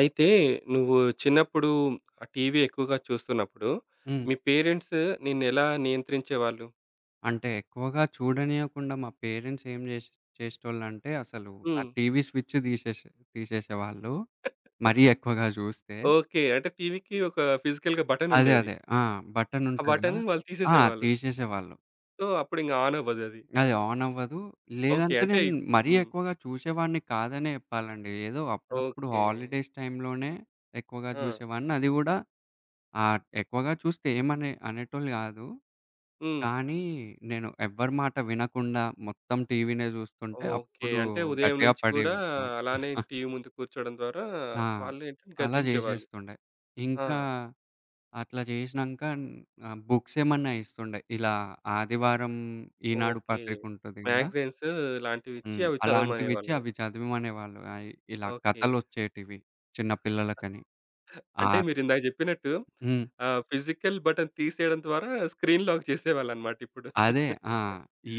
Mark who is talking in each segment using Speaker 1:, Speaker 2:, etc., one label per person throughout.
Speaker 1: అయితే నువ్వు చిన్నప్పుడు ఆ టీవీ ఎక్కువగా చూస్తున్నప్పుడు,
Speaker 2: హ్మ్.
Speaker 1: మీ పేరెంట్స్ నిన్నెలా నియంత్రించేవాళ్ళు?
Speaker 2: అంటే ఎక్కువగా చూడనీయకుండా మా పేరెంట్స్ ఏం జేష్ చేసేటోళ్ళంటే అసలు ఆ
Speaker 1: హ్మ్.
Speaker 2: టీవీ స్విచ్ తీసేసేవాళ్ళు. మరీ ఎక్కువగా జూస్తే.
Speaker 1: ఓకే. అంటే టీవీకి ఒక ఫిజికల్‌గా
Speaker 2: అదే.
Speaker 1: బటనుండేది.
Speaker 2: అదే. ఆ! బటన్
Speaker 1: ఆ
Speaker 2: ఉంటది గదా!
Speaker 1: బటన్ వాళ్ళు
Speaker 2: ఆ!
Speaker 1: తీసేసేవాళ్ళు.
Speaker 2: తీసేసేవాళ్ళు.
Speaker 1: సో, అప్పుడింక ఆన్ అవ్వదది.
Speaker 2: అది ఆన్ అవ్వదు.
Speaker 1: ఓకే.
Speaker 2: లేదంటే
Speaker 1: అంటే
Speaker 2: నేను మరీ
Speaker 1: హ్మ్.
Speaker 2: ఎక్కువగా చూసేవాడిని కాదనే జెప్పాలండి. ఏదో అప్పుడప్పుడు
Speaker 1: ఓకే.
Speaker 2: హాలిడేస్ టైమ్‌లోనే ఎక్కువగా
Speaker 1: ఆ!
Speaker 2: జూసేవాడిని. అది గూడా ఆ! ఎక్కువగా చూస్తే ఏమనే అనేటోళ్ళు గాదు.
Speaker 1: హ్మ్.
Speaker 2: కానీ నేను ఎవ్వరి మాట వినకుండా మొత్తం టీవీనే జూస్తుంటే
Speaker 1: ఓకే.
Speaker 2: అప్పుడు
Speaker 1: అంటే ఉదయం
Speaker 2: గట్టిగా
Speaker 1: నుంచి గూడా
Speaker 2: పడేవి నాకు.
Speaker 1: అలానే టీవీ ముందు కూర్చోవడం ద్వారా
Speaker 2: ఆ!
Speaker 1: వాళ్ళేంటంటే
Speaker 2: అలా
Speaker 1: గద్దించేవాళ్ళు.
Speaker 2: జేశేస్తుండే.
Speaker 1: ఆ!
Speaker 2: ఇంకా అట్లా జేశినంక ఆహ్, బుక్స్ ఏమన్నా ఇస్తుండే. ఇలా ఆదివారం ఈనాడు
Speaker 1: ఓకే.
Speaker 2: పత్రిక ఉంటది గదా!
Speaker 1: మ్యాగజైన్స్ లాంటివిచ్చి
Speaker 2: హ్మ్.
Speaker 1: అవి
Speaker 2: అలాంటివిచ్చి
Speaker 1: చదవమనేవాళ్ళు.
Speaker 2: అవి చదివమనేవాళ్ళు. ఆహ్, ఇలా
Speaker 1: ఓకే.
Speaker 2: కథలొచ్చేటివి చిన్న పిల్లలకని. ఆ!
Speaker 1: అంటే మీరిందాక జెప్పినట్టు
Speaker 2: హ్మ్.
Speaker 1: ఫిజికల్ బటన్ తీసేయడం ద్వారా స్క్రీన్ లాక్ చేసేవాళ్ళనమాట ఇప్పుడు.
Speaker 2: అదే. ఆ!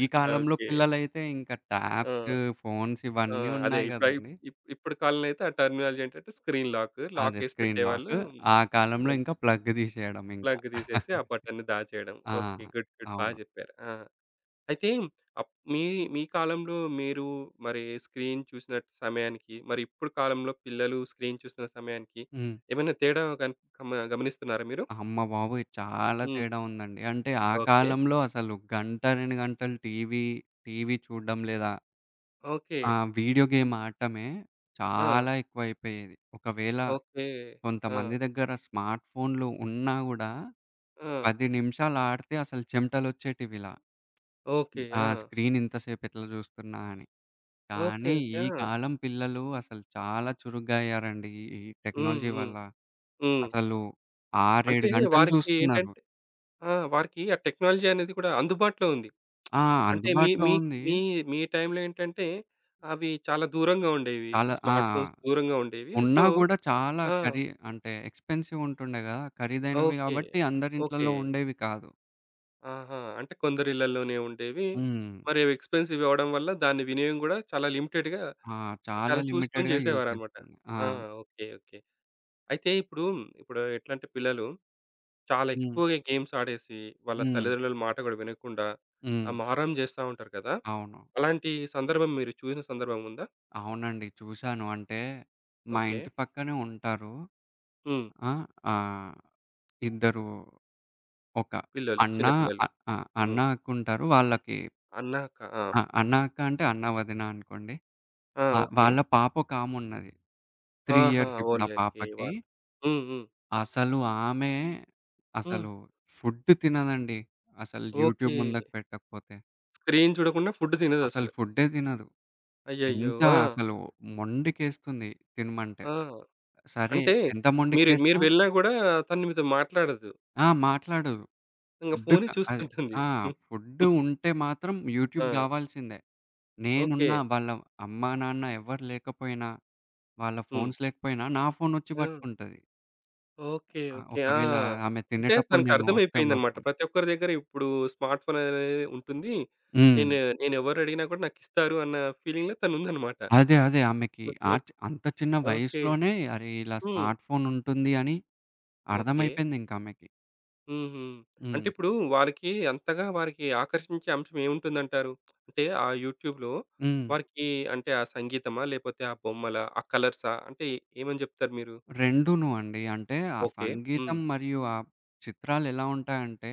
Speaker 2: ఈ కాలంలో
Speaker 1: ఓకే.
Speaker 2: పిల్లలైతే ఇంకా ట్యాబ్స్,
Speaker 1: ఆ!
Speaker 2: ఫోన్స్
Speaker 1: ఆ!
Speaker 2: ఇవన్నీ
Speaker 1: అదే
Speaker 2: ఉన్నాయి
Speaker 1: ఇప్పుడు ఇప్
Speaker 2: గదండీ.
Speaker 1: ఇప్ ఇప్పుడు కాలంలో అయితే ఆ టర్మినాలజీ ఏంటంటే స్క్రీన్ లాక్.
Speaker 2: అదే
Speaker 1: లాకేసి
Speaker 2: స్క్రీన్
Speaker 1: పెట్టేవాళ్ళు.
Speaker 2: లాక్. ఆ కాలంలో
Speaker 1: ఇంగంతే.
Speaker 2: ఇంకా ప్లగ్ తీసేయడం ఇంకా.
Speaker 1: ప్లగ్ తీసేసి ఆ బటన్‌ని దాచేయడం.
Speaker 2: ఆ!
Speaker 1: ఓకే. గుడ్. గుడ్. బా
Speaker 2: అవును.
Speaker 1: జెప్పారు. ఆ! అయితే అప్ మీ మీ కాలంలో మీరు మరి స్క్రీన్ చూసిన సమయానికి, మరి ఇప్పుడు కాలంలో పిల్లలు స్క్రీన్ చూస్తున్న సమయానికి
Speaker 2: హ్మ్.
Speaker 1: ఏమైనా తేడా గన్ గమ గమనిస్తున్నారా మీరు?
Speaker 2: అమ్మ బాబోయ్! చాలా
Speaker 1: హ్మ్.
Speaker 2: తేడా ఉందండి. అంటే ఆ
Speaker 1: ఓకే.
Speaker 2: కాలంలో అసలు గంట, 2 గంటలు టీవీ చూడడం లేదా
Speaker 1: ఓకే.
Speaker 2: ఆ! వీడియో గేమ్ ఆడటమే
Speaker 1: ఆ!
Speaker 2: చాలా ఎక్కువైపోయేది. ఒకవేళ
Speaker 1: ఓకే. ఆ!
Speaker 2: కొంతమంది దగ్గర స్మార్ట్ ఫోన్‌లు ఉన్నా గూడా
Speaker 1: ఆ!
Speaker 2: 10 నిమిషాలు ఆడితే అసలు చెమటలొచ్చేటివిలా.
Speaker 1: ఓకే.
Speaker 2: ఆ!
Speaker 1: ఆ!
Speaker 2: స్క్రీన్ ఇంతసేపు ఎట్లా చూస్తున్నా అని.
Speaker 1: ఓకే.
Speaker 2: కానీ ఈ
Speaker 1: ఓకే. ఆ!
Speaker 2: కాలం పిల్లలు అసలు చాలా చురుగ్గా అయ్యారండి. ఈ
Speaker 1: హ్మ్.
Speaker 2: టెక్నాలజీ
Speaker 1: హ్మ్.
Speaker 2: వల్ల.
Speaker 1: హ్మ్.
Speaker 2: అసలు 6, 7
Speaker 1: అంటే
Speaker 2: గంటలు
Speaker 1: వారికి
Speaker 2: చూస్తున్నారు.
Speaker 1: ఏంటంటే ఆ! వారికి ఆ టెక్నాలజీ అనేది కూడా అందుబాటులో ఉంది.
Speaker 2: ఆ!
Speaker 1: అంటే మీ
Speaker 2: అందుబాటులో
Speaker 1: మీ
Speaker 2: ఉంది.
Speaker 1: మీ మీ టైంలో ఏంటంటే అవి చాలా దూరంగా ఉండేవి.
Speaker 2: చాలా
Speaker 1: ఇప్పుడు
Speaker 2: ఆ!
Speaker 1: స్మార్ట్ ఫోన్స్ దూరంగా ఉండేవి.
Speaker 2: ఉన్నా
Speaker 1: సో
Speaker 2: కూడా చాలా
Speaker 1: ఆ!
Speaker 2: ఖరీ అంటే ఎక్స్‌పెన్సివ్ ఉంటుండే కదా! ఖరీదైనవి
Speaker 1: ఓకే.
Speaker 2: కాబట్టి అందరి
Speaker 1: ఓకే.
Speaker 2: ఇంట్లలో ఉండేవి కాదు.
Speaker 1: ఆహా! అంటే కొందరి ఇళ్లలోనే ఉండేవి.
Speaker 2: హ్మ్.
Speaker 1: మరి అవి ఎక్స్‌పెన్సివ్ అవ్వడం వల్ల దాని వినియోగం కూడా చాలా లిమిటెడ్‌గా
Speaker 2: ఆ! చాలా
Speaker 1: చాలా చూసుకొని
Speaker 2: లిమిటెడ్‌గా యూజ్
Speaker 1: చేసేవారనమాట.
Speaker 2: చేస్తుండే. ఆ!
Speaker 1: ఆ! ఓకే. ఓకే. అయితే ఇప్పుడు, ఇప్పుడు ఎట్లంటే పిల్లలు చాలా
Speaker 2: హ్మ్.
Speaker 1: ఎక్కువగా గేమ్స్ ఆడేసి, వాళ్ళ
Speaker 2: హ్మ్.
Speaker 1: తల్లిదండ్రుల మాట గూడా వినకుండా, ఆ
Speaker 2: హ్మ్.
Speaker 1: మారం జేస్తా ఉంటారు కదా!
Speaker 2: అవును.
Speaker 1: అలాంటి సందర్భం మీరు చూసిన సందర్భం ఉందా?
Speaker 2: అవునండి, చూశాను. అంటే మా
Speaker 1: ఓకే.
Speaker 2: ఇంటి పక్కనే ఉంటారు.
Speaker 1: హ్మ్.
Speaker 2: ఆ! ఆహ్, ఇద్దరు ఒక
Speaker 1: పిల్లలు.
Speaker 2: అన్న
Speaker 1: చిన్న పిల్లలు.
Speaker 2: అ ఆ! అన్న,
Speaker 1: హ్మ్.
Speaker 2: అక్క ఉంటారు. వాళ్ళకి
Speaker 1: అన్నాక ఆ!
Speaker 2: ఆ! అన్న, అక్క అంటే అన్న, వదిన అనుకోండి.
Speaker 1: ఆ!
Speaker 2: ఆ!
Speaker 1: ఓకే.
Speaker 2: వాళ్ళ పాప ఒకామున్నది. 3
Speaker 1: ఆహా!
Speaker 2: ఇయర్స్ ఇప్పుడు ఆ
Speaker 1: ఓన్లీ
Speaker 2: పాపకి.
Speaker 1: వాళ్ళు. హ్మ్. హ్మ్.
Speaker 2: అసలు ఆమె
Speaker 1: హ్మ్.
Speaker 2: అసలు ఫుడ్ తినదండి. అసలు యూట్యూబ్
Speaker 1: ఓకే.
Speaker 2: ముందుకు పెట్టకపోతే.
Speaker 1: స్క్రీన్ చూడకుండా ఫుడ్
Speaker 2: అసలు
Speaker 1: తినదసలు.
Speaker 2: ఫుడ్డే తినదు.
Speaker 1: అయ్యయ్యో!
Speaker 2: ఎంత
Speaker 1: ఆ!
Speaker 2: అసలు మొండికేస్తుంది తినమంటే.
Speaker 1: ఆ!
Speaker 2: సరే,
Speaker 1: అంటే
Speaker 2: ఎంత
Speaker 1: మీరు మీరు
Speaker 2: మొండికేసినా
Speaker 1: వెళ్ళినా గూడా తను మీతో మాట్లాడదు.
Speaker 2: ఆ! మాట్లాడదు.
Speaker 1: ఇంగ
Speaker 2: ఫుడ్ క
Speaker 1: ఫోనే
Speaker 2: అది
Speaker 1: చూస్తుంటుంది.
Speaker 2: ఆ! ఫుడ్ ఉంటే మాత్రం యూట్యూబ్
Speaker 1: ఆ!
Speaker 2: గావాల్సిందే.
Speaker 1: ఓకే.
Speaker 2: నేనున్నా, వాళ్ళ అమ్మా, నాన్న ఎవ్వరు లేకపోయినా, వాళ్ళ
Speaker 1: హ్మ్.
Speaker 2: ఫోన్స్ లేకపోయినా నా ఫోనొచ్చి
Speaker 1: ఆ!
Speaker 2: పట్టుకుంటది.
Speaker 1: ఓకే.
Speaker 2: ఆహ్,
Speaker 1: ఓకే. ఆ!
Speaker 2: ఒకవేళ ఆమె
Speaker 1: అంటే
Speaker 2: తినేటప్పుడు నేను వస్తే
Speaker 1: తనకర్థమైపోయిందనమాట.
Speaker 2: మాత్రం.
Speaker 1: ప్రతి ఒక్కరి దగ్గర ఇప్పుడు స్మార్ట్ ఫోన్ అనేది ఉంటుంది.
Speaker 2: హ్మ్.
Speaker 1: నేనెవరడిగినా కూడా నాకిస్తారు అన్న ఫీలింగ్‌లో తనుందనమాట.
Speaker 2: అదే. ఆమెకి ఆ చి అంత చిన్న
Speaker 1: ఓకే.
Speaker 2: వయసులోనే అరే! ఇలా
Speaker 1: హ్మ్.
Speaker 2: స్మార్ట్ ఫోన్ ఉంటుంది అని
Speaker 1: ఓకే.
Speaker 2: అర్థమైపోయిందింక ఆమెకి.
Speaker 1: హుహు. అంటే
Speaker 2: హ్మ్.
Speaker 1: ఇప్పుడు వారికి అంతగా వారికి ఆకర్షించే అంశం ఏముంటుందంటారు? అంటే ఆ యూట్యూబ్‌లో
Speaker 2: హ్మ్.
Speaker 1: వారికి అంటే ఆ సంగీతమా? లేపోతే ఆ బొమ్మలా? ఆ కలర్సా? అంటే ఏమని జెప్తారు మీరు?
Speaker 2: రెండూను అండి. అంటే ఆ
Speaker 1: ఓకే. హ్మ్.
Speaker 2: సంగీతం మరియు ఆ చిత్రాలెలా ఉంటాయంటే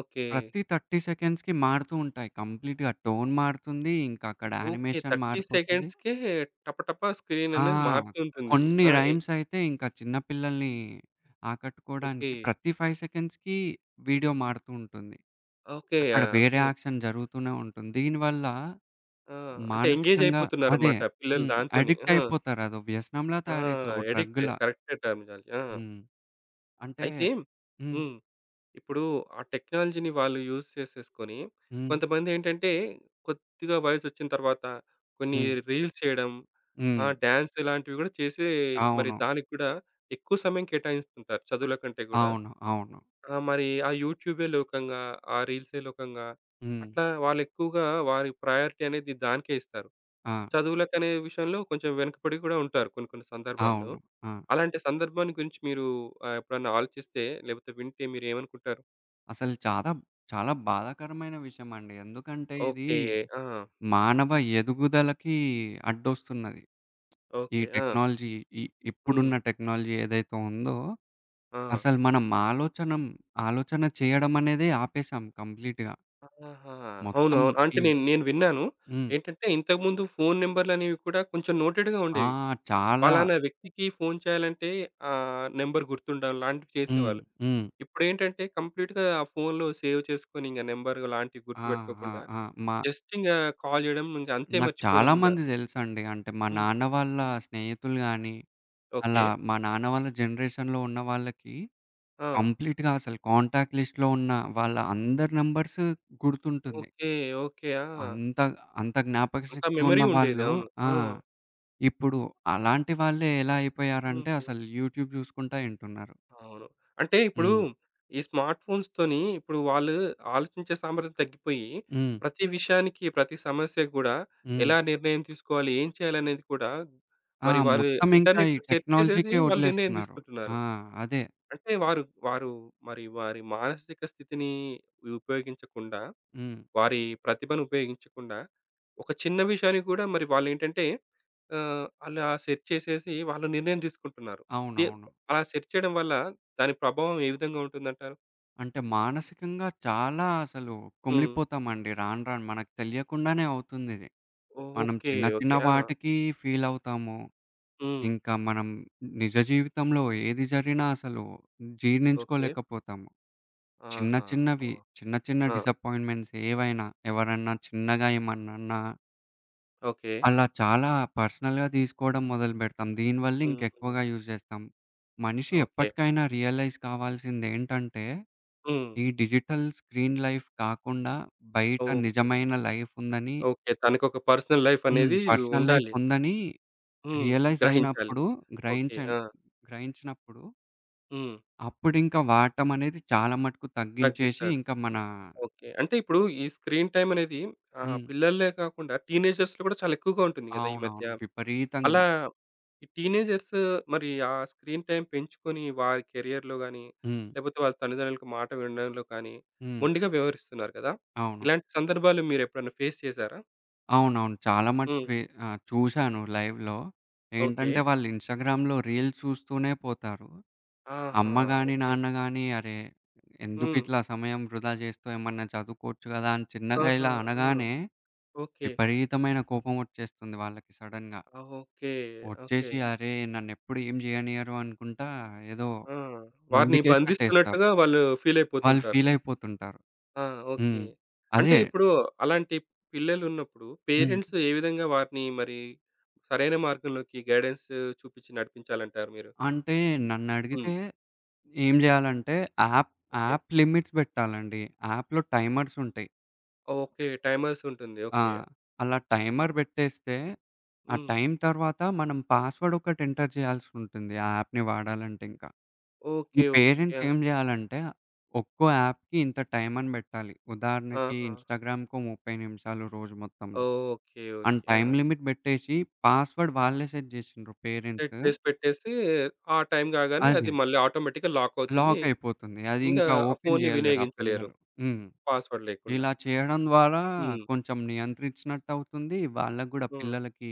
Speaker 1: ఓకే.
Speaker 2: ప్రతి 30 సెకండ్స్‌కి మారుతూ ఉంటాయి. కంప్లీట్‌గా టోన్ మారుతుంది. ఇంకా అక్కడ
Speaker 1: ఓకే.
Speaker 2: యానిమేషన్
Speaker 1: 30
Speaker 2: మారిపోతది.
Speaker 1: సెకండ్స్‌కే టప టప స్క్రీన్
Speaker 2: ఆ!
Speaker 1: అనేది మారుతూ ఉంటుంది.
Speaker 2: కొన్ని
Speaker 1: ఆ!
Speaker 2: రైమ్స్ అయితే ఇంకా చిన్న పిల్లల్ని
Speaker 1: ఓకే.
Speaker 2: ఆకట్టుకోవడానికి ప్రతి 5 సెకండ్స్‌కి వీడియో మారుతూ ఉంటుంది.
Speaker 1: ఓకే.
Speaker 2: అక్కడ
Speaker 1: ఆ!
Speaker 2: వేరే
Speaker 1: ఓకే.
Speaker 2: యాక్షన్ జరుగుతూనే ఉంటుంది. దీనివల్ల
Speaker 1: ఆ! అంటే ఎంగేజ్
Speaker 2: మానసికంగా అదే.
Speaker 1: అయిపోతున్నారన్నమాట పిల్లలు
Speaker 2: హ్మ్.
Speaker 1: దాంతోనే.
Speaker 2: అడిక్ట్
Speaker 1: ఆ!
Speaker 2: అయిపోతారు. అదో వ్యసనంలా
Speaker 1: ఆ!
Speaker 2: తయారైతది. ఓ
Speaker 1: అడిక్ట్
Speaker 2: డ్రగ్‌లా.
Speaker 1: కరెక్టే టర్మినాలజీ. ఆ!
Speaker 2: హ్మ్. అంటే
Speaker 1: అయితే
Speaker 2: హ్మ్.
Speaker 1: హ్మ్. ఇప్పుడు ఆ టెక్నాలజీని వాళ్ళు యూజ్ చేసేసుకొని
Speaker 2: హ్మ్.
Speaker 1: కొంతమందేంటంటే కొద్దిగా వయసొచ్చిన తర్వాత కొన్ని
Speaker 2: హ్మ్.
Speaker 1: రీల్స్ చేయడం,
Speaker 2: హ్మ్.
Speaker 1: డాన్స్ ఇలాంటివి గూడా చేసి మరి
Speaker 2: అవును.
Speaker 1: దానికి కూడా ఎక్కువ సమయం కేటాయిస్తుంటారు చదువుల కంటే గూడా.
Speaker 2: అవును. అవును.
Speaker 1: ఆ! మరి ఆ యూట్యూబే లోకంగా, ఆ రీల్సే లోకంగా
Speaker 2: హ్మ్.
Speaker 1: అట్లా వాళ్ళెక్కువగా వారి ప్రయారిటీ అనేది దానికే ఇస్తారు.
Speaker 2: ఆ!
Speaker 1: చదువులకనే విషయంలో కొంచెం వెనకపడి కూడా ఉంటారు కొన్ని కొన్ని సందర్భాల్లో.
Speaker 2: అవును. ఆ!
Speaker 1: అలాంటి సందర్భాన్ని గురించి మీరు ఎప్పుడన్నా ఆలోచిస్తే లేకపోతే వింటే మీరేమనుకుంటారు?
Speaker 2: అసలు చాలా, చాలా బాధాకరమైన విషయమండి. ఎందుకంటే ఇది
Speaker 1: ఓకే. ఆ!
Speaker 2: మానవ ఎదుగుదలకి అడ్డొస్తున్నది. ఈ
Speaker 1: ఓకే. ఆ!
Speaker 2: టెక్నాలజీ ఇ
Speaker 1: హ్మ్.
Speaker 2: ఇప్పుడున్న టెక్నాలజీ ఏదైతే ఉందో
Speaker 1: ఆ!
Speaker 2: అసలు మనం ఆలోచన చేయడం అనేది ఆపేసాం కంప్లీట్‌గా.
Speaker 1: ఆహా!
Speaker 2: మొత్తం
Speaker 1: అవునవును.
Speaker 2: ఈ
Speaker 1: అంటే నేను నేను విన్నాను.
Speaker 2: హ్మ్.
Speaker 1: ఏంటంటే ఇంతకుముందు ఫోను నంబర్‌లనేవి కూడా కొంచెం నోటెడ్‌గా
Speaker 2: ఆ!
Speaker 1: ఉండేవి.
Speaker 2: చాలా
Speaker 1: పలానా వ్యక్తికి ఫోను చేయాలంటే నంబర్ గుర్తుండడం లాంటివి
Speaker 2: హ్మ్.
Speaker 1: చేసేవాళ్ళు.
Speaker 2: హ్మ్.
Speaker 1: ఇప్పుడేంటంటే కంప్లీట్‌గా ఆ ఫోన్‌లో సేవ్ చేసుకొని ఇంక నంబర్ లాంటివి
Speaker 2: ఆ! ఆ!
Speaker 1: గుర్తుపెట్టుకోకుండా
Speaker 2: ఆ! మా
Speaker 1: జస్ట్ ఇంగా కాల్ చేయడం ఇంక అంతే
Speaker 2: నాకు
Speaker 1: మర్చిపోవడం
Speaker 2: చాలా
Speaker 1: ఇంగ.
Speaker 2: మంది తెలుసండి. అంటే మా
Speaker 1: హ్మ్.
Speaker 2: నాన్న వాళ్ళ స్నేహితులు గాని,
Speaker 1: ఓకే.
Speaker 2: అలా మా నాన్న వాళ్ళ జనరేషన్‌లో ఉన్న వాళ్ళకి
Speaker 1: ఆ!
Speaker 2: కంప్లీట్‌గా అసలు కాంటాక్ట్ లిస్ట్‌లో ఉన్న వాళ్ళ అందరి నంబర్స్ గుర్తుంటుంది.
Speaker 1: ఓకే. ఓకే. ఆ!
Speaker 2: అంత అంత జ్ఞాపక
Speaker 1: అంత
Speaker 2: శక్తి ఉన్న
Speaker 1: మెమరీ ఉండేది.
Speaker 2: వాళ్ళు
Speaker 1: అవును.
Speaker 2: ఆ!
Speaker 1: ఆ!
Speaker 2: ఇప్పుడు అలాంటి వాళ్ళే ఎలా అయిపోయారంటే
Speaker 1: హుహు.
Speaker 2: అసలు యూట్యూబ్ జూసుకుంటా ఇంటున్నారు.
Speaker 1: అవును. అంటే ఇప్పుడు
Speaker 2: హ్మ్.
Speaker 1: ఈ స్మార్ట్ ఫోన్స్‌తోని ఇప్పుడు వాళ్ళు ఆలోచించే సామర్థ్యం తగ్గిపోయి
Speaker 2: హ్మ్.
Speaker 1: ప్రతి విషయానికి, ప్రతి సమస్యకు గూడా
Speaker 2: హ్మ్.
Speaker 1: ఎలా నిర్ణయం తీసుకోవాలి, ఏం చేయాలనేది కూడా
Speaker 2: ఆ!
Speaker 1: మరి వారు
Speaker 2: మొత్తం ఇంకా ఈ
Speaker 1: ఇంటర్నెట్‌లో సెర్చ్ చేసేసి
Speaker 2: టెక్నాలజీకే
Speaker 1: వాళ్ళు నిర్ణయం
Speaker 2: వదిలేస్తున్నారు.
Speaker 1: తీసుకుంటున్నారు.
Speaker 2: ఆ! అదే.
Speaker 1: అంటే వారు మరి వారి మానసిక స్థితిని ఉపయోగించకుండా,
Speaker 2: హ్మ్.
Speaker 1: వారి ప్రతిభను ఉపయోగించకుండా, ఒక చిన్న విషయాన్ని కూడా మరి వాళ్ళేంటంటే అలా సెర్చ్ చేసేసి వాళ్ళు నిర్ణయం తీసుకుంటున్నారు. దే
Speaker 2: అవునవును.
Speaker 1: అలా సెర్చ్ చేయడం వల్ల దాని ప్రభావం ఏ విధంగా ఉంటుందంటారు?
Speaker 2: అంటే మానసికంగా చాలా అసలు
Speaker 1: హ్మ్.
Speaker 2: కుమిలిపోతామండి రాను రాను. మనకు తెలియకుండానే అవుతుందిది. మనం
Speaker 1: ఓకే.
Speaker 2: చిన్న చిన్న
Speaker 1: ఓకే. ఆ!
Speaker 2: వాటికి ఫీలవుతాము.
Speaker 1: హ్మ్.
Speaker 2: ఇంకా మనం నిజ జీవితంలో ఏది జరిగినా అసలు
Speaker 1: ఓకే.
Speaker 2: జీర్ణించుకోలేకపోతాము. చిన్న
Speaker 1: ఆహా!
Speaker 2: చిన్నవి,
Speaker 1: ఓహ్!
Speaker 2: చిన్న చిన్న
Speaker 1: ఆ!
Speaker 2: డిసప్పాయింట్‌మెంట్స్ ఏవైనా ఎవరన్నా చిన్నగా ఏమన్నన్నా
Speaker 1: ఓకే.
Speaker 2: అలా చాలా పర్సనల్‌గా తీసుకోవడం మొదలుపెడతాం. దీనివల్ల
Speaker 1: హ్మ్. హ్మ్.
Speaker 2: ఇంకెక్కువగా యూజ్ చేస్తాం. మనిషి
Speaker 1: ఓకే.
Speaker 2: ఎప్పటికైనా రియలైజ్ కావాల్సిందేంటంటే,
Speaker 1: హ్మ్.
Speaker 2: ఈ డిజిటల్ స్క్రీన్ లైఫ్ కాకుండా బయట
Speaker 1: ఓకే.
Speaker 2: నిజమైన లైఫ్ ఉందని
Speaker 1: ఓకే. తనకొక పర్సనల్ లైఫ్
Speaker 2: హ్మ్.
Speaker 1: అనేది
Speaker 2: పర్సనల్ లైఫ్
Speaker 1: ఉండాలి.
Speaker 2: ఉందని
Speaker 1: హ్మ్.
Speaker 2: రియలైజ్
Speaker 1: గ్రహించాలి.
Speaker 2: అయినప్పుడు
Speaker 1: ఓకే.
Speaker 2: గ్రహించన్
Speaker 1: ఆ!
Speaker 2: గ్రహించినప్పుడు
Speaker 1: హ్మ్.
Speaker 2: అప్పుడింక వాడటం అనేది చాలా మటుకు తగ్గించేసి,
Speaker 1: తగ్గిస్తాడు.
Speaker 2: ఇంకా మన
Speaker 1: ఓకే. అంటే ఇప్పుడు ఈ స్క్రీన్ టైమ్ అనేది
Speaker 2: హ్మ్.
Speaker 1: పిల్లలే కాకుండా టీనేజర్స్‌లో కూడా చాలా ఎక్కువగా ఉంటుంది గదా! ఈ మధ్య.
Speaker 2: అవునవును.
Speaker 1: అలా
Speaker 2: విపరీతంగా.
Speaker 1: ఈ టీనేజర్స్ మరి ఆ స్క్రీన్ టైమ్ పెంచుకొని వారి కెరియర్‌లో గాని,
Speaker 2: హ్మ్.
Speaker 1: లేకపోతే వాళ్ళ తల్లిదండ్రులకు మాట వినడంలో కానీ
Speaker 2: హ్మ్.
Speaker 1: మొండిగా వ్యవహరిస్తున్నారు కదా!
Speaker 2: అవును.
Speaker 1: ఇలాంటి సందర్భాలు మీరెప్పుడైనా ఫేస్ చేసారా?
Speaker 2: అవునవును. చాలా మటుకు
Speaker 1: హ్మ్.
Speaker 2: వే ఆహ్, చూశాను లైవ్‌లో.
Speaker 1: ఓకే.
Speaker 2: ఏంటంటే వాళ్ళు ఇన్‌స్టాగ్రామ్‌లో రీల్స్ చూస్తూనే పోతారు.
Speaker 1: ఆహా!
Speaker 2: అమ్మ గాని,
Speaker 1: ఓకే.
Speaker 2: నాన్న గాని అరే!
Speaker 1: హ్మ్.
Speaker 2: ఎందుకిట్లా సమయం వృధా చేస్తూ ఏమన్నా చదువుకోవచ్చు కదా! అని చిన్నగా
Speaker 1: ఆహా!
Speaker 2: ఇలా
Speaker 1: ఆ!
Speaker 2: అనగానే
Speaker 1: ఓకే.
Speaker 2: విపరీతమైన కోపం వచ్చేస్తుంది వాళ్ళకి సడెన్‌గా.
Speaker 1: ఆ! ఓకే. ఓకే.
Speaker 2: వచ్చేసి అరే! నన్నెప్పుడు ఏం చేయనియ్యరు అనుకుంటా ఏదో
Speaker 1: ఆ! వారిని
Speaker 2: ముందుకేసినట్టేస్తారు.
Speaker 1: బంధిస్తున్నట్టుగా వాళ్ళు ఫీల్
Speaker 2: వాళ్ళు
Speaker 1: అయిపోతుంటారు.
Speaker 2: ఫీలయిపోతుంటారు.
Speaker 1: ఆ!
Speaker 2: హ్మ్.
Speaker 1: ఓకే. అంటే
Speaker 2: అదే.
Speaker 1: ఇప్పుడు అలాంటి పిల్లలున్నప్పుడు
Speaker 2: హ్మ్.
Speaker 1: పేరెంట్స్ ఏ విధంగా వారిని మరి సరైన మార్గంలోకి గైడెన్స్ చూపించి నడిపించాలంటారు మీరు?
Speaker 2: అంటే నన్నడిగితే
Speaker 1: హ్మ్.
Speaker 2: ఏం జేయాలంటే యాప్,
Speaker 1: ఓకే.
Speaker 2: యాప్ లిమిట్స్ బెట్టాలండి. యాప్‌లో టైమర్స్ ఉంటాయి.
Speaker 1: ఓకే. టైమర్స్ ఉంటుంది.
Speaker 2: ఆ!
Speaker 1: ఓకే.
Speaker 2: అలా టైమర్ బెట్టేస్తే, ఆ
Speaker 1: హ్మ్.
Speaker 2: టైం తర్వాత మనం పాస్‌వర్డ్ ఒకటి ఎంటర్ చేయాల్సుంటుంది ఆ యాప్‌ని వాడాలంటే ఇంకా. ఈ
Speaker 1: ఓకే. ఓకే.
Speaker 2: పేరెంట్స్
Speaker 1: ఆ!
Speaker 2: ఏం జేయాలంటే ఒక్కో యాప్‌కి ఇంత టైం అని బెట్టాలి. ఉదాహరణకి
Speaker 1: ఆహా!
Speaker 2: ఇన్‌స్టాగ్రామ్‌కో 30 నిమిషాలు రోజు మొత్తంలో.
Speaker 1: ఓకే.
Speaker 2: And
Speaker 1: okay. ఆ!
Speaker 2: టైమ్ లిమిట్ బెట్టేసి పాస్‌వర్డ్ వాళ్ళే సెట్ జేసిండ్రు
Speaker 1: సెట్
Speaker 2: పేరెంట్స్.
Speaker 1: చేసి పెట్టేసి ఆ టైం కాగానే
Speaker 2: అదే.
Speaker 1: అది మళ్ళీ ఆటోమేటిక్‌గా లాక్ అవుతుంది.
Speaker 2: లాక్ అయిపోతుంది. అది
Speaker 1: ఇంకా
Speaker 2: ఇంకా
Speaker 1: ఆ
Speaker 2: ఓపెన్
Speaker 1: ఫోన్‌ని
Speaker 2: జేయలేరు ఆ
Speaker 1: వినియోగించలేరు.
Speaker 2: పిల్లలు. హ్మ్.
Speaker 1: పాస్వర్డ్ లేకుండా.
Speaker 2: ఇలా చేయడం ద్వారా
Speaker 1: హ్మ్.
Speaker 2: కొంచెం నియంత్రించినట్టవుతుంది. వాళ్ళకి గూడా
Speaker 1: హ్మ్.
Speaker 2: పిల్లలకి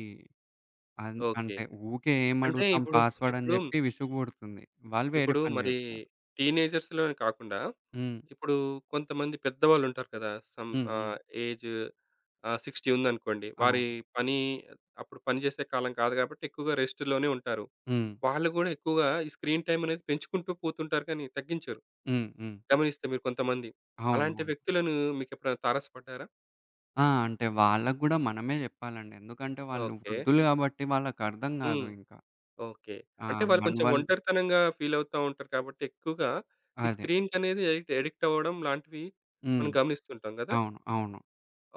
Speaker 1: ఓకే.
Speaker 2: అంటే ఊకే ఏం
Speaker 1: అంటే
Speaker 2: అడుగుతాం
Speaker 1: ఇప్పుడు
Speaker 2: పాస్‌వర్డ్ అని
Speaker 1: ఇప్పుడు
Speaker 2: జెప్పి విసుగు పుడుతుంది. వాళ్ళు వేరే
Speaker 1: ఇప్పుడు
Speaker 2: పని
Speaker 1: మరి
Speaker 2: జేస్తారు.
Speaker 1: టీనేజర్స్‌లోనే కాకుండా,
Speaker 2: హ్మ్.
Speaker 1: ఇప్పుడు కొంతమంది పెద్దవాళ్ళు ఉంటారు కదా! సమ్
Speaker 2: హ్మ్. హ్మ్.
Speaker 1: ఏజ్ 60 ఉందనుకోండి. వారి
Speaker 2: అవును.
Speaker 1: పని అప్పుడు పని చేసే కాలం కాదు కాబట్టి ఎక్కువగా రెస్ట్‌లోనే ఉంటారు.
Speaker 2: హ్మ్.
Speaker 1: వాళ్ళు కూడా ఎక్కువగా ఈ స్క్రీన్ టైమ్ అనేది పెంచుకుంటూ పోతుంటారు కానీ తగ్గించరు.
Speaker 2: హ్మ్. హ్మ్.
Speaker 1: గమనిస్తే మీరు కొంతమంది. అలాంటి
Speaker 2: అవునవును.
Speaker 1: వ్యక్తులను మీకెప్పుడైనా తారసపడ్డారా?
Speaker 2: ఆ! అంటే వాళ్ళకి గూడా మనమే జెప్పాలండి. ఎందుకంటే వాళ్ళు
Speaker 1: ఓకే.
Speaker 2: వృద్ధులు గాబట్టి వాళ్ళకర్థం
Speaker 1: హ్మ్.
Speaker 2: గాదు ఇంకా.
Speaker 1: ఓకే.
Speaker 2: ఆ!
Speaker 1: అంటే వాళ్ళు కొంచెం
Speaker 2: మనవల్
Speaker 1: ఒంటరితనంగా ఫీల్ అవుతా ఉంటారు కాబట్టి ఎక్కువగా ఈ
Speaker 2: అదే.
Speaker 1: స్క్రీన్‌కనేది ఎడిక్ట్ ఎడిక్ట్ అవ్వడం లాంటివి
Speaker 2: హ్మ్.
Speaker 1: మనం గమనిస్తుంటాం కదా!
Speaker 2: అవును. అవును.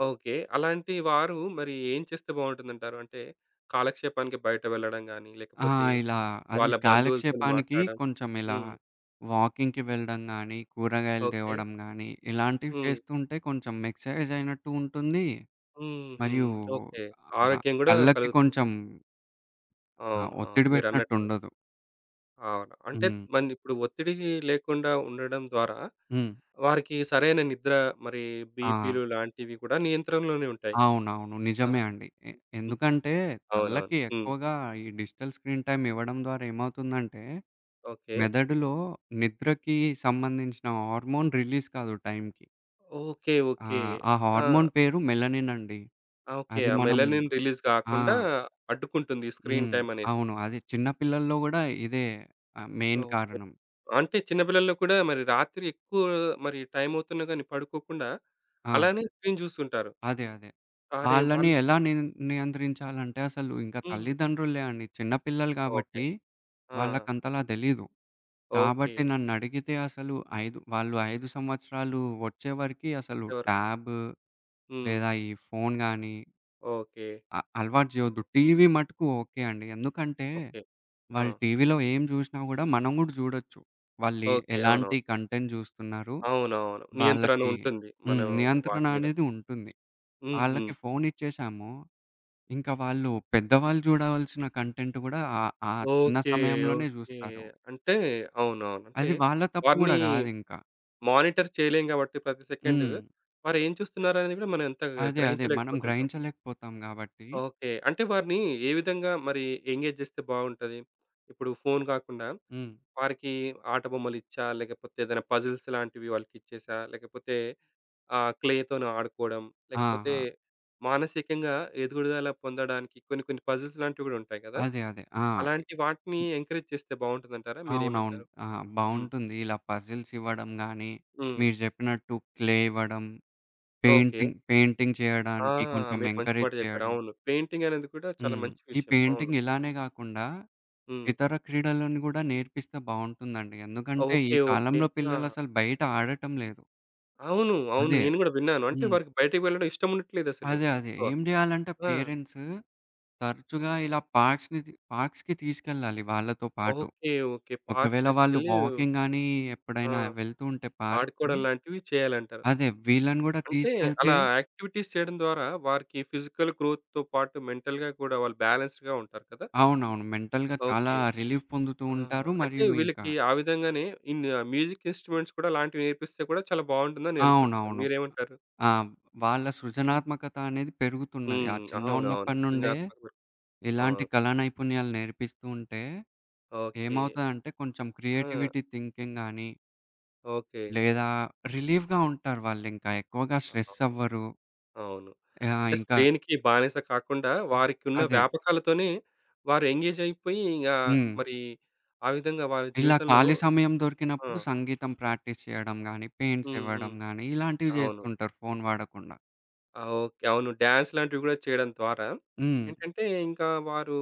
Speaker 1: ఓకే. అలాంటి వారు మరి ఏం చేస్తే బావుంటుందంటారు? అంటే కాలక్షేపానికి బయట వెళ్ళడం గాని,
Speaker 2: ఆ!
Speaker 1: లేకపోతే
Speaker 2: ఇలా అది
Speaker 1: వాళ్ళ బంధువులతోని
Speaker 2: కాలక్షేపానికి
Speaker 1: మాట్లాడడం.
Speaker 2: కొంచెం ఇలా
Speaker 1: హ్మ్.
Speaker 2: వాకింగ్‌కి వెళ్ళడం గానీ, కూరగాయలు
Speaker 1: ఓకే.
Speaker 2: తేవడం గానీ, ఇలాంటివి
Speaker 1: హ్మ్.
Speaker 2: చేస్తుంటే కొంచెం ఎక్సర్సైజ్ అయినట్టు ఉంటుంది.
Speaker 1: హుహు.
Speaker 2: మరియు
Speaker 1: ఓకే.
Speaker 2: ఆహ్,
Speaker 1: ఆరోగ్యం గూడా
Speaker 2: కళ్ళకి
Speaker 1: కలుగుతుంది.
Speaker 2: కొంచెం ఆహ్,
Speaker 1: అవును. అవును.
Speaker 2: ఒత్తిడి పెట్టినట్టు
Speaker 1: మీరన్నట్టు.
Speaker 2: ఉండదు.
Speaker 1: అవును. అంటే
Speaker 2: హ్మ్.
Speaker 1: మరిప్పుడు ఒత్తిడి లేకుండా ఉండడం ద్వారా
Speaker 2: హ్మ్.
Speaker 1: వారికి సరైన నిద్ర, మరి
Speaker 2: ఆ!
Speaker 1: బీపీలు లాంటివి కూడా నియంత్రణలోనే ఉంటాయి.
Speaker 2: అవునవును.
Speaker 1: ఆ!
Speaker 2: నిజమే అండి. ఎందుకంటే
Speaker 1: అవునవును.
Speaker 2: కళ్ళకి
Speaker 1: హ్మ్.
Speaker 2: ఎక్కువగా ఈ డిజిటల్ స్క్రీన్ టైమ్ ఇవ్వడం ద్వారా ఏమవుతుందంటే,
Speaker 1: ఓకే.
Speaker 2: మెదడులో నిద్రకి సంబంధించిన హార్మోన్ రిలీజ్ కాదు టైంకి.
Speaker 1: ఓకే.
Speaker 2: ఆ!
Speaker 1: ఓకే.
Speaker 2: ఆ
Speaker 1: ఆ!
Speaker 2: హార్మోన్ పేరు మెలనిన్ అండి.
Speaker 1: ఆ! ఓకే.
Speaker 2: అది
Speaker 1: ఆ
Speaker 2: మనం
Speaker 1: మెలనిన్ రిలీజ్
Speaker 2: ఆ!
Speaker 1: గాకుండా అడ్డుకుంటుంది స్క్రీన్
Speaker 2: హ్మ్.
Speaker 1: టైమ్ అనేది.
Speaker 2: అవును. అది చిన్న పిల్లల్లో గూడా ఇదే ఆహ్, మెయిన్
Speaker 1: ఓకే.
Speaker 2: కారణం.
Speaker 1: అంటే చిన్న పిల్లల్లో కూడా మరి రాత్రి ఎక్కువ మరి టైమ్ అవుతున్నా గాని పడుకోకుండా
Speaker 2: ఆ!
Speaker 1: అలానే స్క్రీన్ జూస్తుంటారు.
Speaker 2: అదే.
Speaker 1: అరే!
Speaker 2: వాళ్ళని
Speaker 1: వాళ్ళు
Speaker 2: ఎలా నియంత్రించాలంటే అసలు ఇంకా
Speaker 1: హ్మ్.
Speaker 2: తల్లిదండ్రులే అండి. చిన్న పిల్లలు
Speaker 1: ఓకే.
Speaker 2: గాబట్టి
Speaker 1: ఆ!
Speaker 2: వాళ్ళకంతలా తెలీదు.
Speaker 1: ఓకే.
Speaker 2: కాబట్టి నన్నడిగితే అసలు 5 సంవత్సరాలు వచ్చే వరకి అసలు
Speaker 1: ఎవరు
Speaker 2: ట్యాబ్
Speaker 1: హ్మ్.
Speaker 2: లేదా ఈ ఫోను గాని
Speaker 1: ఓకే.
Speaker 2: అలవాటు జేయొద్దు. టీవీ మటుకు ఓకే అండి. ఎందుకంటే
Speaker 1: ఓకే. ఆ!
Speaker 2: వాళ్ళు టీవీలో ఏం జూషినా గూడా మనం గూడా జూడొచ్చు. వాళ్ళే
Speaker 1: ఓకే. అవునవును.
Speaker 2: ఎలాంటి కంటెంట్ జూస్తున్నారు,
Speaker 1: అవునవును. నియంత్రణ
Speaker 2: వాళ్ళకి
Speaker 1: ఉంటుంది మన
Speaker 2: హ్మ్. నియంత్రణ
Speaker 1: వారి మీద.
Speaker 2: అనేది ఉంటుంది.
Speaker 1: హ్మ్. హ్మ్.
Speaker 2: ఆళ్ళకి ఫోను ఇచ్చేశాము, ఇంకా వాళ్ళు పెద్దవాళ్ళు జూడవలసిన కంటెంట్ గూడా ఆహ్, ఆ చిన్న
Speaker 1: ఓకే.
Speaker 2: సమయంలోనే
Speaker 1: ఓకే.
Speaker 2: జూస్తారు.
Speaker 1: అంటే అవునవును. అంటే
Speaker 2: అది వాళ్ళ తప్పు
Speaker 1: వారిని
Speaker 2: గూడా గాదింకా.
Speaker 1: మానిటర్ చేయలేం కాబట్టి ప్రతి సెకండు.
Speaker 2: హ్మ్.
Speaker 1: వారేం చూస్తున్నారనేది గూడా మనం అంత
Speaker 2: అదే. మనం
Speaker 1: గ్రహించలేకపోతుంటాం.
Speaker 2: గ్రహించలేకపోతాం గాబట్టి
Speaker 1: ఓకే. అంటే వారిని ఏ విధంగా మరి ఎంగేజ్ జేస్తే బావుంటది? ఇప్పుడు ఫోను గాకుండా
Speaker 2: హ్మ్.
Speaker 1: వారికి ఆట బొమ్మలిచ్చా? లేకపోతే ఏదైనా పజిల్స్ లాంటివి వాళ్ళకిచ్చేసా? లేకపోతే క్లేతోని ఆడుకోవడం,
Speaker 2: ఆ!
Speaker 1: లేకపోతే
Speaker 2: ఆ!
Speaker 1: మానసికంగా ఎదుగుదల పొందడానికి కొన్ని కొన్ని పజిల్స్ లాంటివి గూడా ఉంటాయి గదా!
Speaker 2: అదే. ఆ! ఇ-
Speaker 1: అలాంటి వాటిని ఎంకరేజ్ చేస్తే బావుంటుందంటారా?
Speaker 2: అవునవును.
Speaker 1: మీరేమంటారు?
Speaker 2: ఆ!
Speaker 1: హ్మ్.
Speaker 2: బావుంటుంది. ఇలా పజిల్స్ ఇవ్వడం గానీ,
Speaker 1: హ్మ్.
Speaker 2: మీరు జెప్పినట్టు క్లే ఇవ్వడం
Speaker 1: ఓకే.
Speaker 2: పెయింటింగ్
Speaker 1: ఆ!
Speaker 2: చేయడానికి కొంచెం
Speaker 1: మీరు మంచి మాట
Speaker 2: ఎంకరేజ్
Speaker 1: చెప్పారు.
Speaker 2: చేయడం.
Speaker 1: అవును. పెయింటింగ్ అనేది కూడా చాలా
Speaker 2: హ్మ్.
Speaker 1: మంచి
Speaker 2: ఈ
Speaker 1: విషయం. అవును.
Speaker 2: పెయింటింగ్ ఇలానే గాకుండా
Speaker 1: హ్మ్.
Speaker 2: ఇతర క్రీడలను గూడా నేర్పిస్తే బావుంటుందండి. ఎందుకంటే ఈ
Speaker 1: ఓకే. ఓకే.
Speaker 2: కాలంలో
Speaker 1: ఆ!
Speaker 2: పిల్లలసలు బయట ఆడటం లేదు.
Speaker 1: అవును. అవును.
Speaker 2: అదే.
Speaker 1: నేను కూడా విన్నాను. అంటే
Speaker 2: హ్మ్.
Speaker 1: వారికి బయటకి వెళ్ళడం ఇష్టం ఉండట్లేదసలు
Speaker 2: అదే.
Speaker 1: ఎక్కువ.
Speaker 2: ఏం జేయాలంటే
Speaker 1: ఆ!
Speaker 2: పేరెంట్స్ తరచుగా ఇలా పార్క్స్‌ని తీ పార్క్స్‌కి తీసుకెళ్ళాలి వాళ్ళతో పాటు.
Speaker 1: ఓకే. ఓకే. పార్క్స్
Speaker 2: ఒకవేళ వాళ్ళు
Speaker 1: తీసుకెళ్ళి
Speaker 2: వాకింగ్ గాని ఎప్పుడైనా
Speaker 1: ఆ!
Speaker 2: వెళ్తూ ఉంటే పార్క్‌కి
Speaker 1: ఆడుకోవడం లాంటివి చేయాలంటారు.
Speaker 2: అదే వీళ్ళని గూడా
Speaker 1: అంటే
Speaker 2: తీసుకెళ్తే
Speaker 1: అలా యాక్టివిటీస్ చేయడం ద్వారా వారికి ఫిజికల్ గ్రోత్‌తో పాటు మెంటల్‌గా కూడా వాళ్ళు బ్యాలెన్స్డ్‌గా ఉంటారు కదా!
Speaker 2: అవునవును. మెంటల్‌గా చాలా
Speaker 1: ఓకే.
Speaker 2: రిలీఫ్ పొందుతూ
Speaker 1: ఆ!
Speaker 2: ఉంటారు.
Speaker 1: అంటే
Speaker 2: మరియు ఇంకా
Speaker 1: వీళ్ళకి ఆ విధంగానే ఇన్ మ్యూజిక్ ఇన్‌స్ట్రుమెంట్స్ కూడా అలాంటివి నేర్పిస్తే కూడా చాలా బాగుంటుందని నేను అనుకుంటున్నాను.
Speaker 2: అవునవును.
Speaker 1: మీరేమంటారు?
Speaker 2: ఆ! వాళ్ళ సృజనాత్మకత అనేది పెరుగుతున్నది. ఆ
Speaker 1: హ్మ్. అవునవును.
Speaker 2: చిన్నగున్నప్పటి నుండే
Speaker 1: సృజనాత్మక
Speaker 2: ఇలాంటి
Speaker 1: అవును.
Speaker 2: కళా నైపుణ్యాలు నేర్పిస్తూ ఉంటే
Speaker 1: ఓకే.
Speaker 2: ఏమవుతదంటే కొంచెం
Speaker 1: ఆ!
Speaker 2: క్రియేటివిటీ థింకింగ్ గాని,
Speaker 1: ఓకే.
Speaker 2: లేదా రిలీఫ్‌గా ఉంటారు వాళ్ళింకా. ఎక్కువగా స్ట్రెస్
Speaker 1: అవును.
Speaker 2: అవ్వరు.
Speaker 1: అవును.
Speaker 2: ఆహ్,
Speaker 1: అంటే
Speaker 2: ఇంకా
Speaker 1: స్క్రీన్‌కి బానిస కాకుండా వారికున్న
Speaker 2: అదే.
Speaker 1: వ్యాపకాలతోనే వారు ఎంగేజ్ అయిపోయి ఇంగా
Speaker 2: హ్మ్.
Speaker 1: మరి ఆ విధంగా వారి
Speaker 2: ఇలా
Speaker 1: జీవితంలో
Speaker 2: ఖాళీ సమయం
Speaker 1: ఆ!
Speaker 2: దొరికినప్పుడు సంగీతం ప్రాక్టీస్ చేయడం గాని, పెయింట్స్
Speaker 1: హ్మ్.
Speaker 2: ఇవ్వడం
Speaker 1: హ్మ్.
Speaker 2: గాని ఇలాంటివి
Speaker 1: అవును.
Speaker 2: చేస్తుంటారు ఫోను వాడకుండా.
Speaker 1: ఆ! ఓకే. అవును. డాన్స్ లాంటివి గూడా చేయడం ద్వారా
Speaker 2: హ్మ్.
Speaker 1: ఏంటంటే ఇంకా వారు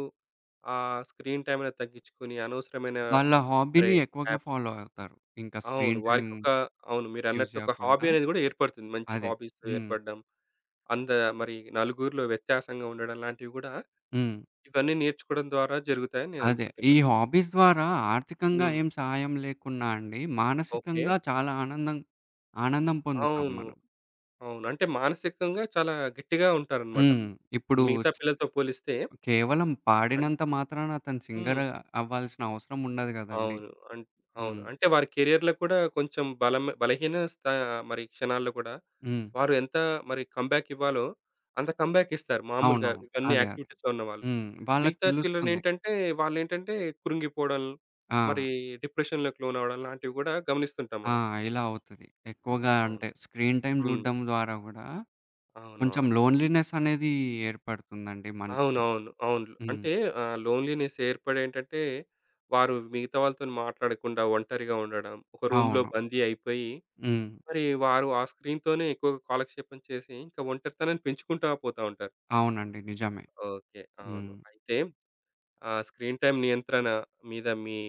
Speaker 1: ఆ స్క్రీన్ టైమ్ అనేది తగ్గించుకొని అనవసరమైన
Speaker 2: వాళ్ళ
Speaker 1: మరి
Speaker 2: హాబీని ఎక్కువగా
Speaker 1: యాప్స్
Speaker 2: ఫాలో అవుతారు. ఇంకా
Speaker 1: అవును.
Speaker 2: స్క్రీన్ టైమ్
Speaker 1: వారికొక అవును.
Speaker 2: యూజ్
Speaker 1: మీరన్నట్టు ఒక
Speaker 2: చేయకుండా.
Speaker 1: హాబీ అనేది గూడా ఏర్పడుతుంది. మంచి
Speaker 2: అదే.
Speaker 1: హాబీస్
Speaker 2: హ్మ్.
Speaker 1: ఏర్పడడం. అంద మరి నలుగురిలో వ్యత్యాసంగా ఉండడం లాంటివి గూడా,
Speaker 2: హ్మ్.
Speaker 1: ఇవన్నీ నేర్చుకోవడం ద్వారా జరుగుతాయని నేను
Speaker 2: అదే. ఈ
Speaker 1: అనుకుంటున్నా.
Speaker 2: హాబీస్ ద్వారా ఆర్థికంగా
Speaker 1: హ్మ్.
Speaker 2: ఏం సహాయం లేకున్నా అండి,
Speaker 1: ఓకే.
Speaker 2: మానసికంగా చాలా ఆనందం ఆనందం పొందుతాం
Speaker 1: అవును.
Speaker 2: మనం.
Speaker 1: అవును. అంటే మానసికంగా చాలా గట్టిగా ఉంటారనమాట.
Speaker 2: హ్మ్. ఇప్పుడు
Speaker 1: మిగతా
Speaker 2: స్
Speaker 1: పిల్లలతో పోలిస్తే
Speaker 2: కేవలం
Speaker 1: అన్
Speaker 2: పాడినంత మాత్రాన అతను
Speaker 1: హ్మ్.
Speaker 2: సింగర్ అవ్వాల్సిన అవసరం ఉండదు గదండీ!
Speaker 1: అవును. అవును.
Speaker 2: హ్మ్.
Speaker 1: అంటే వారి కెరియర్‌లో కూడా కొంచెం బలం బలహీన స్థా మరి క్షణాల్లో కూడా
Speaker 2: హ్మ్.
Speaker 1: వారు ఎంత మరి కమ్‌బ్యాక్ ఇవ్వాలో, అంత కమ్‌బ్యాక్ ఇస్తారు మామూలుగా
Speaker 2: అవునవును.
Speaker 1: ఇవన్నీ
Speaker 2: అదే.
Speaker 1: యాక్టివిటీస్‌లో ఉన్నవాళ్ళు.
Speaker 2: హ్మ్. వాళ్ళకి
Speaker 1: మిగతా
Speaker 2: తెలుస్తుంది.
Speaker 1: చిల్డ్రనేంటంటే, వాళ్ళేంటంటే కృంగిపోవడం,
Speaker 2: ఆ!
Speaker 1: మరి డిప్రెషన్‌లోకి లోనవ్వడం లాంటివి గూడా గమనిస్తుంటాం
Speaker 2: ఆ!
Speaker 1: మనం.
Speaker 2: ఇలా అవుతది. ఎక్కువగా
Speaker 1: అవును.
Speaker 2: అంటే స్క్రీన్ టైమ్
Speaker 1: హ్మ్.
Speaker 2: జూడడం ద్వారా గూడా కొంచెం
Speaker 1: అవునవును.
Speaker 2: లోన్‌లీనెస్ అనేది ఏర్పడుతుందండి మనిషిలో.
Speaker 1: అవునవును. అవును.
Speaker 2: హ్మ్.
Speaker 1: అంటే లోన్‌లీనెస్ ఏర్పడేంటంటే, వారు మిగతా వాళ్ళతోని మాట్లాడకుండా ఒంటరిగా ఉండడం, ఒక రూమ్‌లో
Speaker 2: అవును.
Speaker 1: బందీ అయిపోయి,
Speaker 2: హ్మ్.
Speaker 1: మరి వారు ఆ స్క్రీన్‌తోనే ఎక్కువగా కాలక్షేపం చేసి, ఇంకా ఒంటరితనాన్ని పెంచుకుంటా పోతా ఉంటారు.
Speaker 2: అవునండి. నిజమే.
Speaker 1: ఓకే. అవును.
Speaker 2: హ్మ్.
Speaker 1: అయితే స్క్రీన్ టైమ్ నియంత్రణ మీద మీ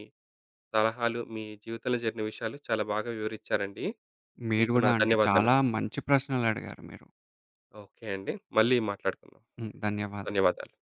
Speaker 1: సలహాలు, మీ జీవితంలో జరిగిన విషయాలు చాలా బాగా వివరిచ్చారండి.
Speaker 2: మీరు
Speaker 1: మీకు నా
Speaker 2: గూడా అండి
Speaker 1: ధన్యవాదాలు.
Speaker 2: చాలా మంచి ప్రశ్నలడిగారు మీరు.
Speaker 1: ఓకే అండి. మళ్ళీ మాట్లాడుకుందాం.
Speaker 2: హ్మ్. ధన్యవాదాలు.
Speaker 1: ధన్యవాదాలు.